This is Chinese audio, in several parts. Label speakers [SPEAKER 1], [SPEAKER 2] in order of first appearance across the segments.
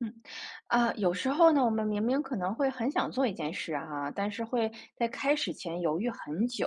[SPEAKER 1] 嗯，啊，有时候呢，我们明明可能会很想做一件事啊，但是会在开始前犹豫很久，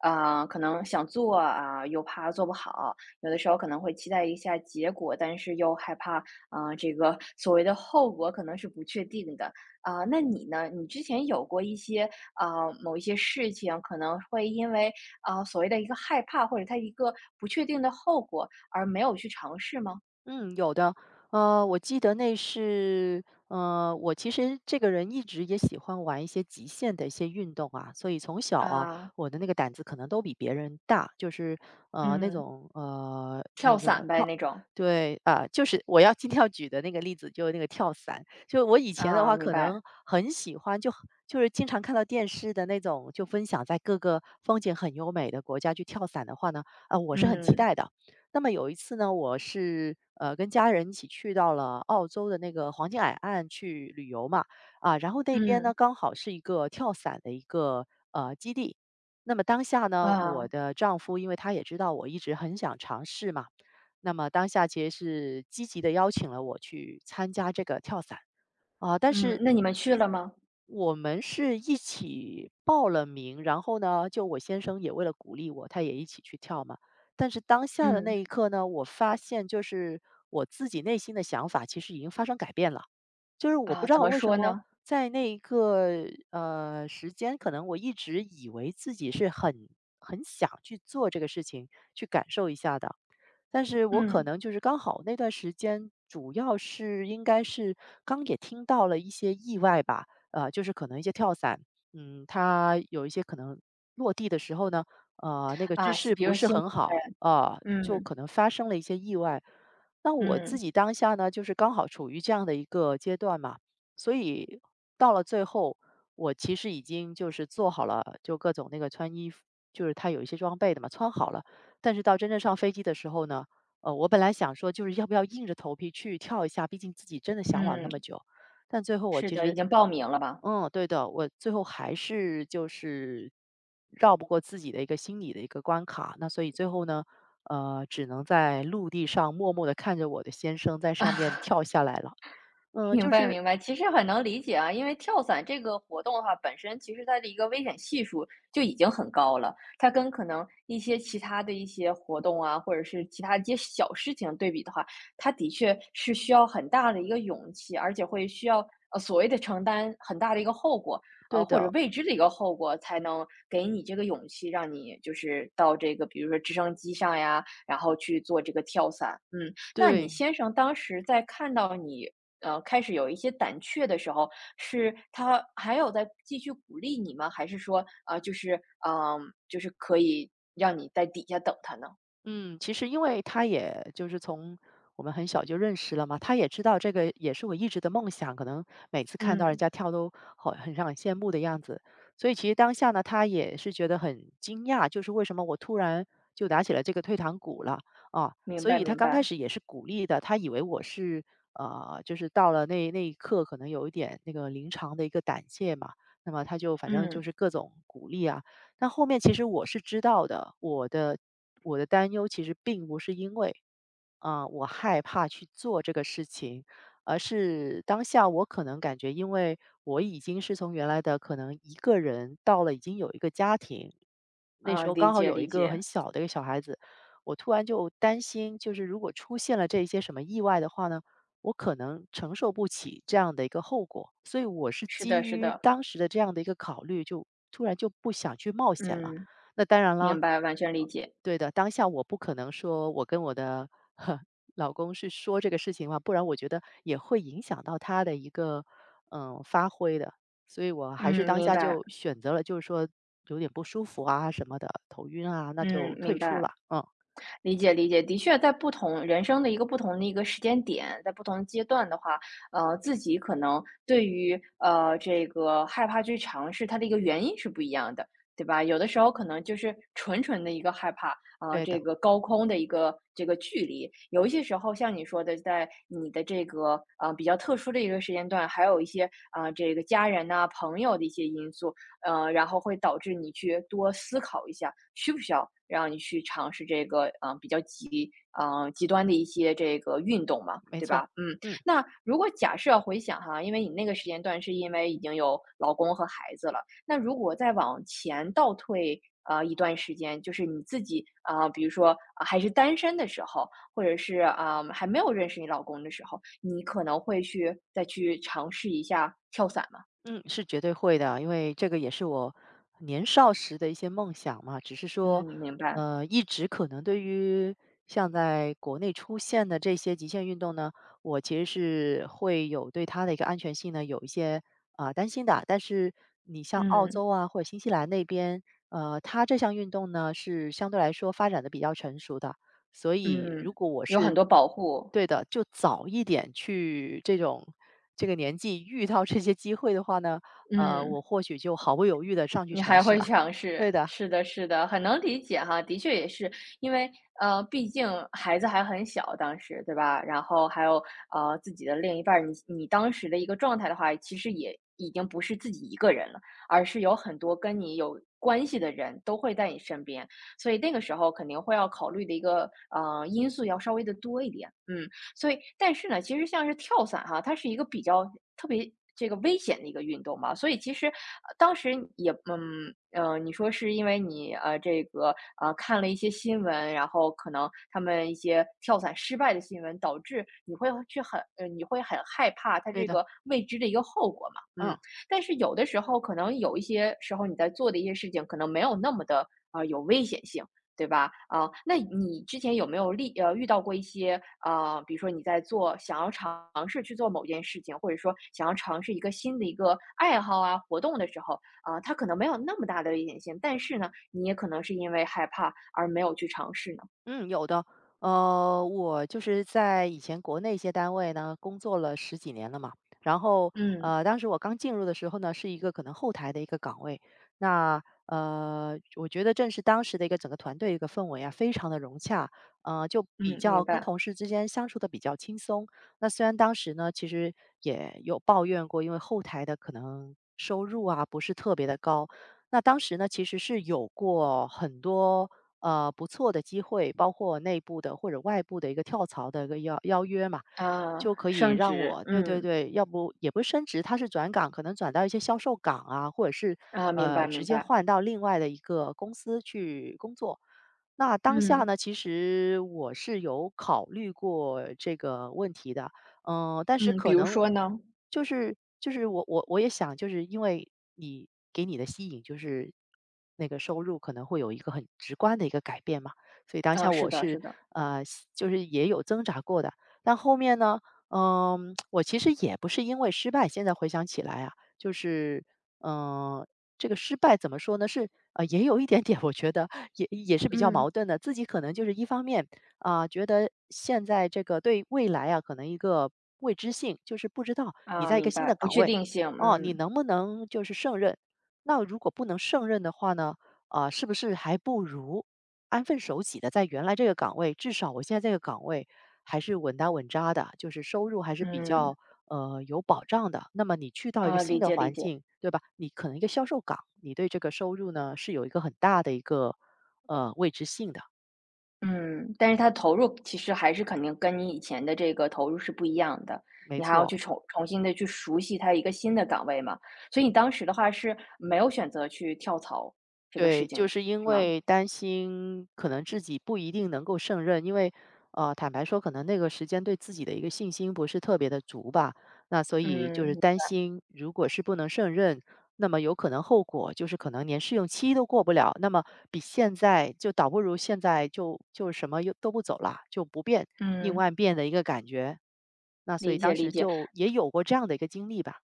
[SPEAKER 1] 啊，可能想做啊，又怕做不好，有的时候可能会期待一下结果，但是又害怕啊，这个所谓的后果可能是不确定的啊。那你呢？你之前有过一些啊，某一些事情可能会因为啊所谓的一个害怕或者它一个不确定的后果而没有去尝试吗？
[SPEAKER 2] 嗯，有的。我记得那是，我其实这个人一直也喜欢玩一些极限的一些运动啊，所以从小啊，
[SPEAKER 1] 啊，
[SPEAKER 2] 我的那个胆子可能都比别人大，就是呃那
[SPEAKER 1] 嗯。
[SPEAKER 2] 种呃那
[SPEAKER 1] 跳
[SPEAKER 2] 个
[SPEAKER 1] 伞呗
[SPEAKER 2] 跳
[SPEAKER 1] 那种，
[SPEAKER 2] 对，啊，就是我要今天要举的那个例子，就是那个跳伞。就我以前的
[SPEAKER 1] 啊，
[SPEAKER 2] 话，
[SPEAKER 1] 明
[SPEAKER 2] 可
[SPEAKER 1] 白，
[SPEAKER 2] 能很喜欢，就是经常看到电视的那种，就分享在各个风景很优美的国家去跳伞的话呢，啊，我是很期
[SPEAKER 1] 嗯，
[SPEAKER 2] 待的。那么有一次呢，我是跟家人一起去到了澳洲的那个黄金海岸去旅游嘛，啊，然后那边
[SPEAKER 1] 嗯，
[SPEAKER 2] 呢刚好是一个跳伞的一个基地。那么当下呢，我
[SPEAKER 1] 啊，
[SPEAKER 2] 的丈夫因为他也知道我一直很想尝试嘛。那么当下其实是积极的邀请了我去参加这个跳伞。啊，但
[SPEAKER 1] 嗯，
[SPEAKER 2] 是
[SPEAKER 1] 那你们去了吗？
[SPEAKER 2] 我们是一起报了名，然后呢，就我先生也为了鼓励我，他也一起去跳嘛。但是当下的那
[SPEAKER 1] 嗯，
[SPEAKER 2] 一刻呢，我发现就是我自己内心的想法其实已经发生改变了。就是我不
[SPEAKER 1] 啊，
[SPEAKER 2] 知
[SPEAKER 1] 怎
[SPEAKER 2] 道
[SPEAKER 1] 么
[SPEAKER 2] 为什
[SPEAKER 1] 说
[SPEAKER 2] 么
[SPEAKER 1] 呢？
[SPEAKER 2] 在那一个，时间，可能我一直以为自己是很想去做这个事情，去感受一下的。但是我可
[SPEAKER 1] 嗯，
[SPEAKER 2] 能就是刚好那段时间，主要是应该是刚也听到了一些意外吧，就是可能一些跳伞，嗯，它有一些可能落地的时候呢，那个姿
[SPEAKER 1] 啊，
[SPEAKER 2] 势
[SPEAKER 1] 比
[SPEAKER 2] 不
[SPEAKER 1] 如
[SPEAKER 2] 是
[SPEAKER 1] 新鲜
[SPEAKER 2] 很好，
[SPEAKER 1] 呗
[SPEAKER 2] 啊、就
[SPEAKER 1] 嗯，
[SPEAKER 2] 可能发生了一些意外。那我自
[SPEAKER 1] 嗯，
[SPEAKER 2] 己当下呢，就是刚好处于这样的一个阶段嘛，所以到了最后，我其实已经就是做好了，就各种那个穿衣服，就是它有一些装备的嘛，穿好了。但是到真正上飞机的时候呢，我本来想说就是要不要硬着头皮去跳一下，毕竟自己真的向往那
[SPEAKER 1] 嗯，
[SPEAKER 2] 么久。但最后我
[SPEAKER 1] 是
[SPEAKER 2] 其
[SPEAKER 1] 的，已
[SPEAKER 2] 实，
[SPEAKER 1] 经报名了吧？
[SPEAKER 2] 嗯，对的，我最后还是就是绕不过自己的一个心理的一个关卡。那所以最后呢，只能在陆地上默默地看着我的先生在上面跳下来了。嗯，
[SPEAKER 1] 明
[SPEAKER 2] 就
[SPEAKER 1] 白
[SPEAKER 2] 是
[SPEAKER 1] 明白，其实很能理解啊，因为跳伞这个活动的话，本身其实它的一个危险系数就已经很高了，它跟可能一些其他的一些活动啊，或者是其他一些小事情对比的话，它的确是需要很大的一个勇气，而且会需要所谓的承担很大的一个后果，
[SPEAKER 2] 对
[SPEAKER 1] 或者
[SPEAKER 2] 的，
[SPEAKER 1] 未知的一个后果，才能给你这个勇气，让你就是到这个比如说直升机上呀，然后去做这个跳伞，嗯。那你
[SPEAKER 2] 对。
[SPEAKER 1] 先生当时在看到你，开始有一些胆怯的时候，是他还有在继续鼓励你吗？还是说，就是，嗯、呃就是可以让你在底下等他呢？
[SPEAKER 2] 嗯，其实因为他也就是从我们很小就认识了嘛，他也知道这个也是我一直的梦想，可能每次看到人
[SPEAKER 1] 嗯，
[SPEAKER 2] 家跳都好很让人羡慕的样子，所以其实当下呢，他也是觉得很惊讶，就是为什么我突然就打起了这个退堂鼓了啊？
[SPEAKER 1] 明
[SPEAKER 2] 所
[SPEAKER 1] 白
[SPEAKER 2] 以他
[SPEAKER 1] 明
[SPEAKER 2] 刚开
[SPEAKER 1] 白，
[SPEAKER 2] 始也是鼓励的，他以为我是就是到了那一刻可能有一点那个临场的一个胆怯嘛，那么他就反正就
[SPEAKER 1] 嗯，
[SPEAKER 2] 是各种鼓励啊。那后面其实我是知道的，我的担忧其实并不是因为，啊，我害怕去做这个事情，而是当下我可能感觉，因为我已经是从原来的可能一个人到了已经有一个家庭。那
[SPEAKER 1] 啊，
[SPEAKER 2] 时候
[SPEAKER 1] 理
[SPEAKER 2] 刚好
[SPEAKER 1] 解
[SPEAKER 2] 有一
[SPEAKER 1] 理
[SPEAKER 2] 个
[SPEAKER 1] 解，
[SPEAKER 2] 很小的一个小孩子，我突然就担心，就是如果出现了这一些什么意外的话呢，我可能承受不起这样的一个后果。所以我是
[SPEAKER 1] 是
[SPEAKER 2] 基
[SPEAKER 1] 的是
[SPEAKER 2] 于
[SPEAKER 1] 的，
[SPEAKER 2] 当时的这样的一个考虑，就突然就不想去冒险了。
[SPEAKER 1] 嗯，
[SPEAKER 2] 那当然了。
[SPEAKER 1] 明白，完全理解，
[SPEAKER 2] 对的，当下我不可能说我跟我的 老公去说这个事情嘛，不然我觉得也会影响到他的一个发挥的，所以我还是
[SPEAKER 1] 嗯，
[SPEAKER 2] 当
[SPEAKER 1] 明
[SPEAKER 2] 下
[SPEAKER 1] 白，
[SPEAKER 2] 就选择了，就是说有点不舒服啊什么的，头晕啊，那
[SPEAKER 1] 嗯，
[SPEAKER 2] 就退
[SPEAKER 1] 明
[SPEAKER 2] 出
[SPEAKER 1] 白。
[SPEAKER 2] 了。嗯，
[SPEAKER 1] 理解理解，的确，在不同人生的一个不同的一个时间点，在不同的阶段的话，自己可能对于这个害怕去尝试它的一个原因是不一样的，对吧？有的时候可能就是纯纯的一个害怕啊、
[SPEAKER 2] 对的，
[SPEAKER 1] 这个高空的一个这个距离，有一些时候像你说的，在你的这个比较特殊的一个时间段，还有一些啊、这个家人呐、朋友的一些因素，然后会导致你去多思考一下，需不需要让你去尝试这个，嗯，比较极端的一些这个运动嘛，
[SPEAKER 2] 没
[SPEAKER 1] 对吧？
[SPEAKER 2] 错，
[SPEAKER 1] 嗯，
[SPEAKER 2] 嗯。
[SPEAKER 1] 那如果假设回想哈，因为你那个时间段是因为已经有老公和孩子了，那如果再往前倒退，一段时间，就是你自己啊，比如说，啊还是单身的时候，或者是，啊，还没有认识你老公的时候，你可能会去再去尝试一下跳伞嘛？
[SPEAKER 2] 嗯，是绝对会的，因为这个也是我年少时的一些梦想嘛。只是说，
[SPEAKER 1] 嗯，明白，
[SPEAKER 2] 一直可能对于像在国内出现的这些极限运动呢，我其实是会有对它的一个安全性呢有一些啊、担心的。但是你像澳
[SPEAKER 1] 嗯。
[SPEAKER 2] 洲啊或者新西兰那边，它这项运动呢是相对来说发展的比较成熟的，所以如
[SPEAKER 1] 嗯，
[SPEAKER 2] 果我
[SPEAKER 1] 有很
[SPEAKER 2] 是
[SPEAKER 1] 多保护，
[SPEAKER 2] 对的，就早一点去这种这个年纪遇到这些机会的话呢，
[SPEAKER 1] 嗯，
[SPEAKER 2] 我或许就毫不犹豫的上去
[SPEAKER 1] 你
[SPEAKER 2] 尝
[SPEAKER 1] 还
[SPEAKER 2] 试
[SPEAKER 1] 会
[SPEAKER 2] 了。
[SPEAKER 1] 尝试，
[SPEAKER 2] 对的，
[SPEAKER 1] 是的，是的，很能理解哈，的确也是，因为毕竟孩子还很小，当时对吧？然后还有自己的另一半儿，你当时的一个状态的话，其实也已经不是自己一个人了，而是有很多跟你有关系的人都会在你身边，所以那个时候肯定会要考虑的一个因素要稍微的多一点，嗯。所以，但是呢，其实像是跳伞哈，它是一个比较特别这个危险的一个运动嘛，所以其实当时也你说是因为你这个看了一些新闻，然后可能他们一些跳伞失败的新闻，导致你会很害怕它
[SPEAKER 2] 对
[SPEAKER 1] 这
[SPEAKER 2] 的，
[SPEAKER 1] 个未知的一个后果嘛，
[SPEAKER 2] 嗯。
[SPEAKER 1] 嗯，但是有的时候可能有一些时候你在做的一些事情，可能没有那么的有危险性。对吧？啊，那你之前有没有遇到过一些，比如说你在做想要尝试去做某件事情，或者说想要尝试一个新的一个爱好啊、活动的时候，啊，它可能没有那么大的危险性，但是呢，你也可能是因为害怕而没有去尝试呢？
[SPEAKER 2] 嗯，有的。我就是在以前国内一些单位呢，工作了十几年了嘛。然后，
[SPEAKER 1] 嗯，
[SPEAKER 2] 当时我刚进入的时候呢，是一个可能后台的一个岗位。那我觉得正是当时的一个整个团队一个氛围啊，非常的融洽，就比
[SPEAKER 1] 嗯，
[SPEAKER 2] 较
[SPEAKER 1] 明
[SPEAKER 2] 跟
[SPEAKER 1] 白。
[SPEAKER 2] 同事之间相处的比较轻松。那虽然当时呢，其实也有抱怨过，因为后台的可能收入啊不是特别的高。那当时呢，其实是有过很多不错的机会，包括内部的或者外部的一个跳槽的一个邀约嘛。就
[SPEAKER 1] 啊，
[SPEAKER 2] 可以
[SPEAKER 1] 升
[SPEAKER 2] 让
[SPEAKER 1] 职，
[SPEAKER 2] 我对对
[SPEAKER 1] 嗯，
[SPEAKER 2] 对，要不也不是升职，它是转岗，可能转到一些销售岗啊，或者是
[SPEAKER 1] 啊，明白
[SPEAKER 2] 直
[SPEAKER 1] 明
[SPEAKER 2] 接
[SPEAKER 1] 白。
[SPEAKER 2] 换到另外的一个公司去工作。那当下
[SPEAKER 1] 嗯，
[SPEAKER 2] 呢，其实我是有考虑过这个问题的，嗯、但是
[SPEAKER 1] 嗯，比
[SPEAKER 2] 可
[SPEAKER 1] 如
[SPEAKER 2] 能
[SPEAKER 1] 说呢？
[SPEAKER 2] 就是我也想，就是因为你给你的吸引就是那个收入可能会有一个很直观的一个改变嘛，所以当
[SPEAKER 1] 啊，
[SPEAKER 2] 下
[SPEAKER 1] 是
[SPEAKER 2] 我
[SPEAKER 1] 的
[SPEAKER 2] 是
[SPEAKER 1] 是的，
[SPEAKER 2] 呃就是也有挣扎过的，但后面呢，嗯，我其实也不是因为失败，现在回想起来啊，就是，嗯，这个失败怎么说呢？是也有一点点，我觉得也是比较
[SPEAKER 1] 嗯，
[SPEAKER 2] 矛盾的。自己可能就是一方面啊、觉得现在这个对未来啊，可能一个未知性，就是不知道你
[SPEAKER 1] 啊，
[SPEAKER 2] 在一个
[SPEAKER 1] 明
[SPEAKER 2] 新的
[SPEAKER 1] 白，不
[SPEAKER 2] 岗
[SPEAKER 1] 确
[SPEAKER 2] 位，
[SPEAKER 1] 定性，
[SPEAKER 2] 哦，你
[SPEAKER 1] 嗯，
[SPEAKER 2] 能不能就是胜任？那如果不能胜任的话呢，啊、是不是还不如安分守己的，在原来这个岗位，至少我现在这个岗位还是稳打稳扎的，就是收入还是比
[SPEAKER 1] 嗯，
[SPEAKER 2] 较有保障的。那么你去到一个
[SPEAKER 1] 啊，
[SPEAKER 2] 新
[SPEAKER 1] 理
[SPEAKER 2] 的
[SPEAKER 1] 解理
[SPEAKER 2] 环
[SPEAKER 1] 解。
[SPEAKER 2] 境，对吧？你可能一个销售岗，你对这个收入呢是有一个很大的一个未知性的，
[SPEAKER 1] 嗯，但是它投入其实还是肯定跟你以前的这个投入是不一样的，
[SPEAKER 2] 没
[SPEAKER 1] 你还要
[SPEAKER 2] 错。
[SPEAKER 1] 去重新的去熟悉它一个新的岗位嘛，所以你当时的话是没有选择去跳槽这个
[SPEAKER 2] 对，
[SPEAKER 1] 事情，
[SPEAKER 2] 就是因
[SPEAKER 1] 是吗？
[SPEAKER 2] 为担心可能自己不一定能够胜任，因为坦白说，可能那个时间对自己的一个信心不是特别的足吧。那所以就是
[SPEAKER 1] 嗯，
[SPEAKER 2] 担心，如果是不能胜任，那么有可能后果就是可能连试用期都过不了。那么比现在就倒不如现在就什么又都不走了，就不变，应
[SPEAKER 1] 嗯，
[SPEAKER 2] 万变的一个感觉。那所以
[SPEAKER 1] 理
[SPEAKER 2] 当
[SPEAKER 1] 解理
[SPEAKER 2] 时
[SPEAKER 1] 解。
[SPEAKER 2] 就也有过这样的一个经历吧。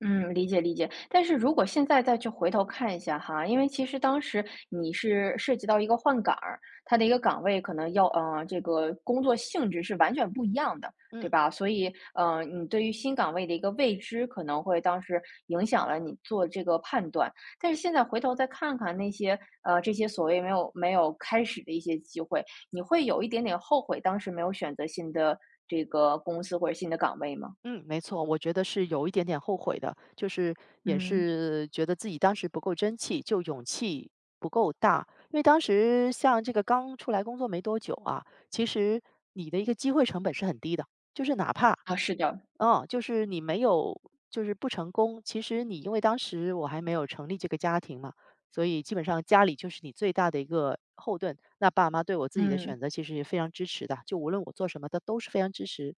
[SPEAKER 1] 嗯，理解理解。但是如果现在再去回头看一下哈，因为其实当时你是涉及到一个换岗儿，它的一个岗位可能要这个工作性质是完全不一样的，对
[SPEAKER 2] 嗯。
[SPEAKER 1] 吧？所以你对于新岗位的一个未知，可能会当时影响了你做这个判断。但是现在回头再看看这些所谓没有开始的一些机会，你会有一点点后悔当时没有选择新的这个公司或者新的岗位吗？
[SPEAKER 2] 嗯，没错，我觉得是有一点点后悔的，就是也
[SPEAKER 1] 嗯，
[SPEAKER 2] 是觉得自己当时不够争气，就勇气不够大。因为当时像这个刚出来工作没多久啊，其实你的一个机会成本是很低的，就是哪怕，
[SPEAKER 1] 啊，是的，
[SPEAKER 2] 嗯，就是你没有，就是不成功，其实你因为当时我还没有成立这个家庭嘛。所以基本上家里就是你最大的一个后盾。那爸妈对我自己的
[SPEAKER 1] 嗯。
[SPEAKER 2] 选择其实也非常支持的，就无论我做什么，他都是非常支持。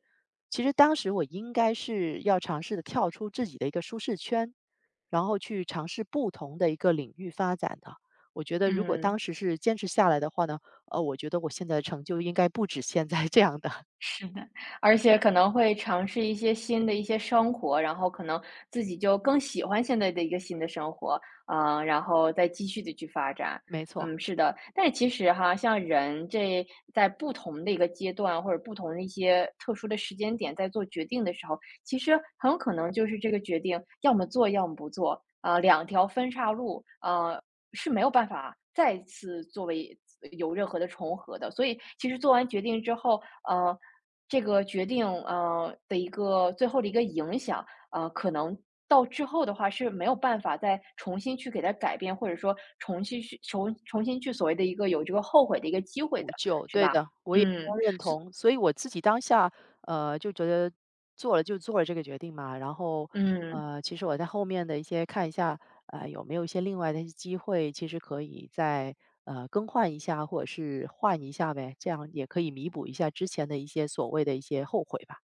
[SPEAKER 2] 其实当时我应该是要尝试的跳出自己的一个舒适圈，然后去尝试不同的一个领域发展的。我觉得如果
[SPEAKER 1] 嗯，
[SPEAKER 2] 当时是坚持下来的话呢，我觉得我现在的成就应该不止现在这样的，
[SPEAKER 1] 是的，而且可能会尝试一些新的一些生活，然后可能自己就更喜欢现在的一个新的生活，嗯，然后再继续的去发展。
[SPEAKER 2] 没错。
[SPEAKER 1] 嗯，是的，但是其实哈，像人这在不同的一个阶段，或者不同的一些特殊的时间点，在做决定的时候，其实很有可能就是这个决定要么做，要么不做，啊，两条分岔路，呃，是没有办法再次作为有任何的重合的。所以其实做完决定之后，呃。这个决定，的一个最后的一个影响，可能到之后的话是没有办法再重新去给它改变，或者说重新去所谓的一个有这个后悔的一个机会
[SPEAKER 2] 补
[SPEAKER 1] 的，
[SPEAKER 2] 救，
[SPEAKER 1] 是
[SPEAKER 2] 对
[SPEAKER 1] 吧？
[SPEAKER 2] 的，我也非
[SPEAKER 1] 嗯，
[SPEAKER 2] 常认同。所以我自己当下，就觉得做了就做了这个决定嘛。然后，
[SPEAKER 1] 嗯。
[SPEAKER 2] 其实我在后面的一些看一下，有没有一些另外的一些机会，其实可以再更换一下，或者是换一下呗，这样也可以弥补一下之前的一些所谓的一些后悔吧。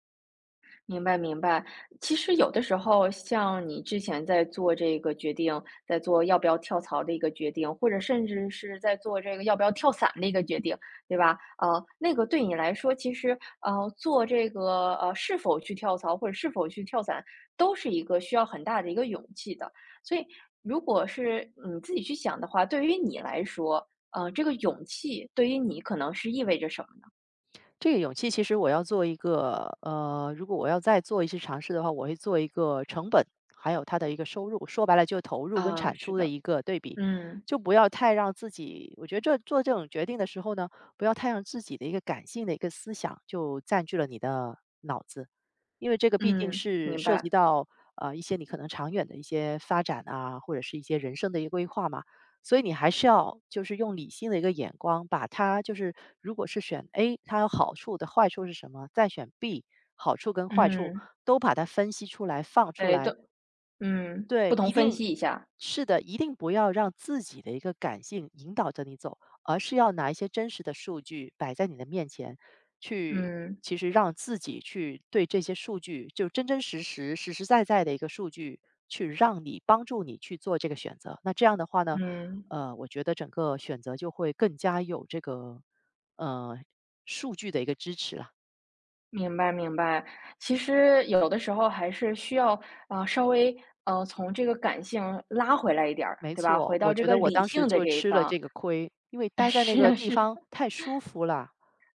[SPEAKER 1] 明白明白，其实有的时候，像你之前在做这个决定，在做要不要跳槽的一个决定，或者甚至是在做这个要不要跳伞的一个决定，对吧？那个对你来说，其实做这个是否去跳槽或者是否去跳伞，都是一个需要很大的一个勇气的。所以，如果是你自己去想的话，对于你来说，这个勇气对于你可能是意味着什么呢？
[SPEAKER 2] 这个勇气其实我要做一个，如果我要再做一次尝试的话，我会做一个成本，还有它的一个收入，说白了就投入跟
[SPEAKER 1] 啊，
[SPEAKER 2] 产
[SPEAKER 1] 是
[SPEAKER 2] 出的
[SPEAKER 1] 的，
[SPEAKER 2] 一个对比，
[SPEAKER 1] 嗯
[SPEAKER 2] 就不要太让自己，我觉得这做这种决定的时候呢，不要太让自己的一个感性的一个思想就占据了你的脑子，因为这个毕竟
[SPEAKER 1] 嗯，
[SPEAKER 2] 是
[SPEAKER 1] 明
[SPEAKER 2] 涉及
[SPEAKER 1] 白，
[SPEAKER 2] 到一些你可能长远的一些发展啊，或者是一些人生的一个规划嘛。所以你还是要就是用理性的一个眼光，把它就是如果是选 A，它有好处的坏处是什么，再选 B，好处跟坏处
[SPEAKER 1] 嗯。
[SPEAKER 2] 都把它分析出来放出
[SPEAKER 1] 哎，都
[SPEAKER 2] 来。
[SPEAKER 1] 嗯，
[SPEAKER 2] 对，
[SPEAKER 1] 不同
[SPEAKER 2] 一
[SPEAKER 1] 分
[SPEAKER 2] 定
[SPEAKER 1] 析一下，
[SPEAKER 2] 是的，一定不要让自己的一个感性引导着你走，而是要拿一些真实的数据摆在你的面前，去
[SPEAKER 1] 嗯
[SPEAKER 2] 其实让自己去对这些数据，就真真实实、实实在在的一个数据，去让你帮助你去做这个选择。那这样的话呢，
[SPEAKER 1] 嗯，
[SPEAKER 2] 我觉得整个选择就会更加有这个呃数据的一个支持了。
[SPEAKER 1] 明白明白。其实有的时候还是需要啊，稍微从这个感性拉回来一点儿，
[SPEAKER 2] 没
[SPEAKER 1] 对吧？
[SPEAKER 2] 错，
[SPEAKER 1] 回
[SPEAKER 2] 我
[SPEAKER 1] 到这
[SPEAKER 2] 觉
[SPEAKER 1] 个
[SPEAKER 2] 得我
[SPEAKER 1] 理
[SPEAKER 2] 当时
[SPEAKER 1] 性的
[SPEAKER 2] 就
[SPEAKER 1] 这一
[SPEAKER 2] 吃了
[SPEAKER 1] 方，
[SPEAKER 2] 这个亏，因为 待在那
[SPEAKER 1] 是
[SPEAKER 2] 个
[SPEAKER 1] 啊
[SPEAKER 2] 地
[SPEAKER 1] 是，
[SPEAKER 2] 方太舒服了。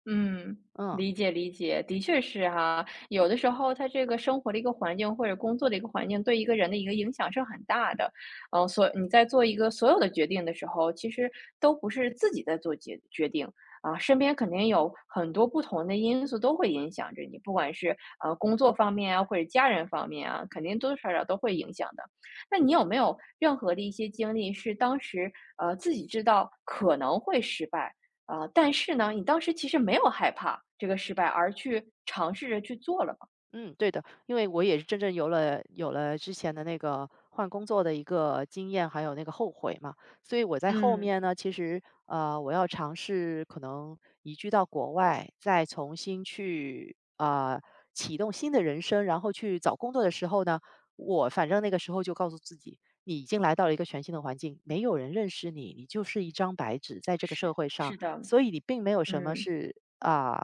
[SPEAKER 1] 嗯，
[SPEAKER 2] 嗯。
[SPEAKER 1] 理解理解，的确是哈。有的时候，他这个生活的一个环境或者工作的一个环境，对一个人的一个影响是很大的。嗯，所你在做一个所有的决定的时候，其实都不是自己在做决定啊，身边肯定有很多不同的因素都会影响着你，不管是工作方面啊，或者家人方面啊，肯定多多少少都会影响的。那你有没有任何的一些经历是当时自己知道可能会失败？但是呢，你当时其实没有害怕这个失败，而去尝试着去做了嘛。
[SPEAKER 2] 嗯，对的，因为我也是真正有了之前的那个换工作的一个经验，还有那个后悔嘛，所以我在后
[SPEAKER 1] 嗯，
[SPEAKER 2] 面呢，其实我要尝试可能移居到国外，再重新去啊启动新的人生，然后去找工作的时候呢，我反正那个时候就告诉自己，你已经来到了一个全新的环境，没有人认识你，你就是一张白纸，在这个
[SPEAKER 1] 是
[SPEAKER 2] 社会上，
[SPEAKER 1] 是的，
[SPEAKER 2] 所以你并没有什么
[SPEAKER 1] 嗯
[SPEAKER 2] 是啊、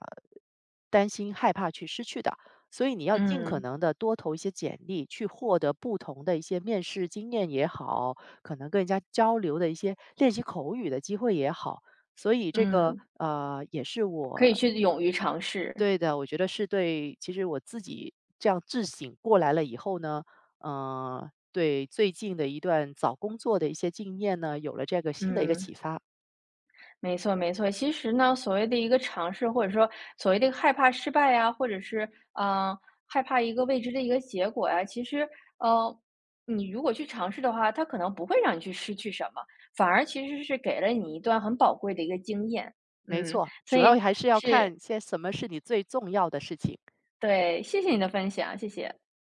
[SPEAKER 2] 担心害怕去失去的。所以你要尽可
[SPEAKER 1] 嗯
[SPEAKER 2] 能的多投一些简历，去获得不同的一些面试经验也好，可能跟人家交流的一些练习口语的机会也好。所以这个，
[SPEAKER 1] 嗯，
[SPEAKER 2] 也是我
[SPEAKER 1] 可以去勇于尝试。
[SPEAKER 2] 对的，我觉得是对其实我自己这样自省过来了以后呢，对最近的一段找工作的一些经验呢，有了这个新的一个
[SPEAKER 1] 嗯，
[SPEAKER 2] 启发。
[SPEAKER 1] 没错没错。其实呢，所谓的一个尝试，或者说所谓的害怕失败呀，或者是害怕一个未知的一个结果呀，其实呃，你如果去尝试的话，它可能不会让你去失去什么，反而其实是给了你一段很宝贵的一个经验。
[SPEAKER 2] 没
[SPEAKER 1] 嗯，
[SPEAKER 2] 错，
[SPEAKER 1] 所
[SPEAKER 2] 主
[SPEAKER 1] 以
[SPEAKER 2] 要还是要
[SPEAKER 1] 是
[SPEAKER 2] 看些什么是你最重要的事情。
[SPEAKER 1] 对，谢谢你的分享，谢谢。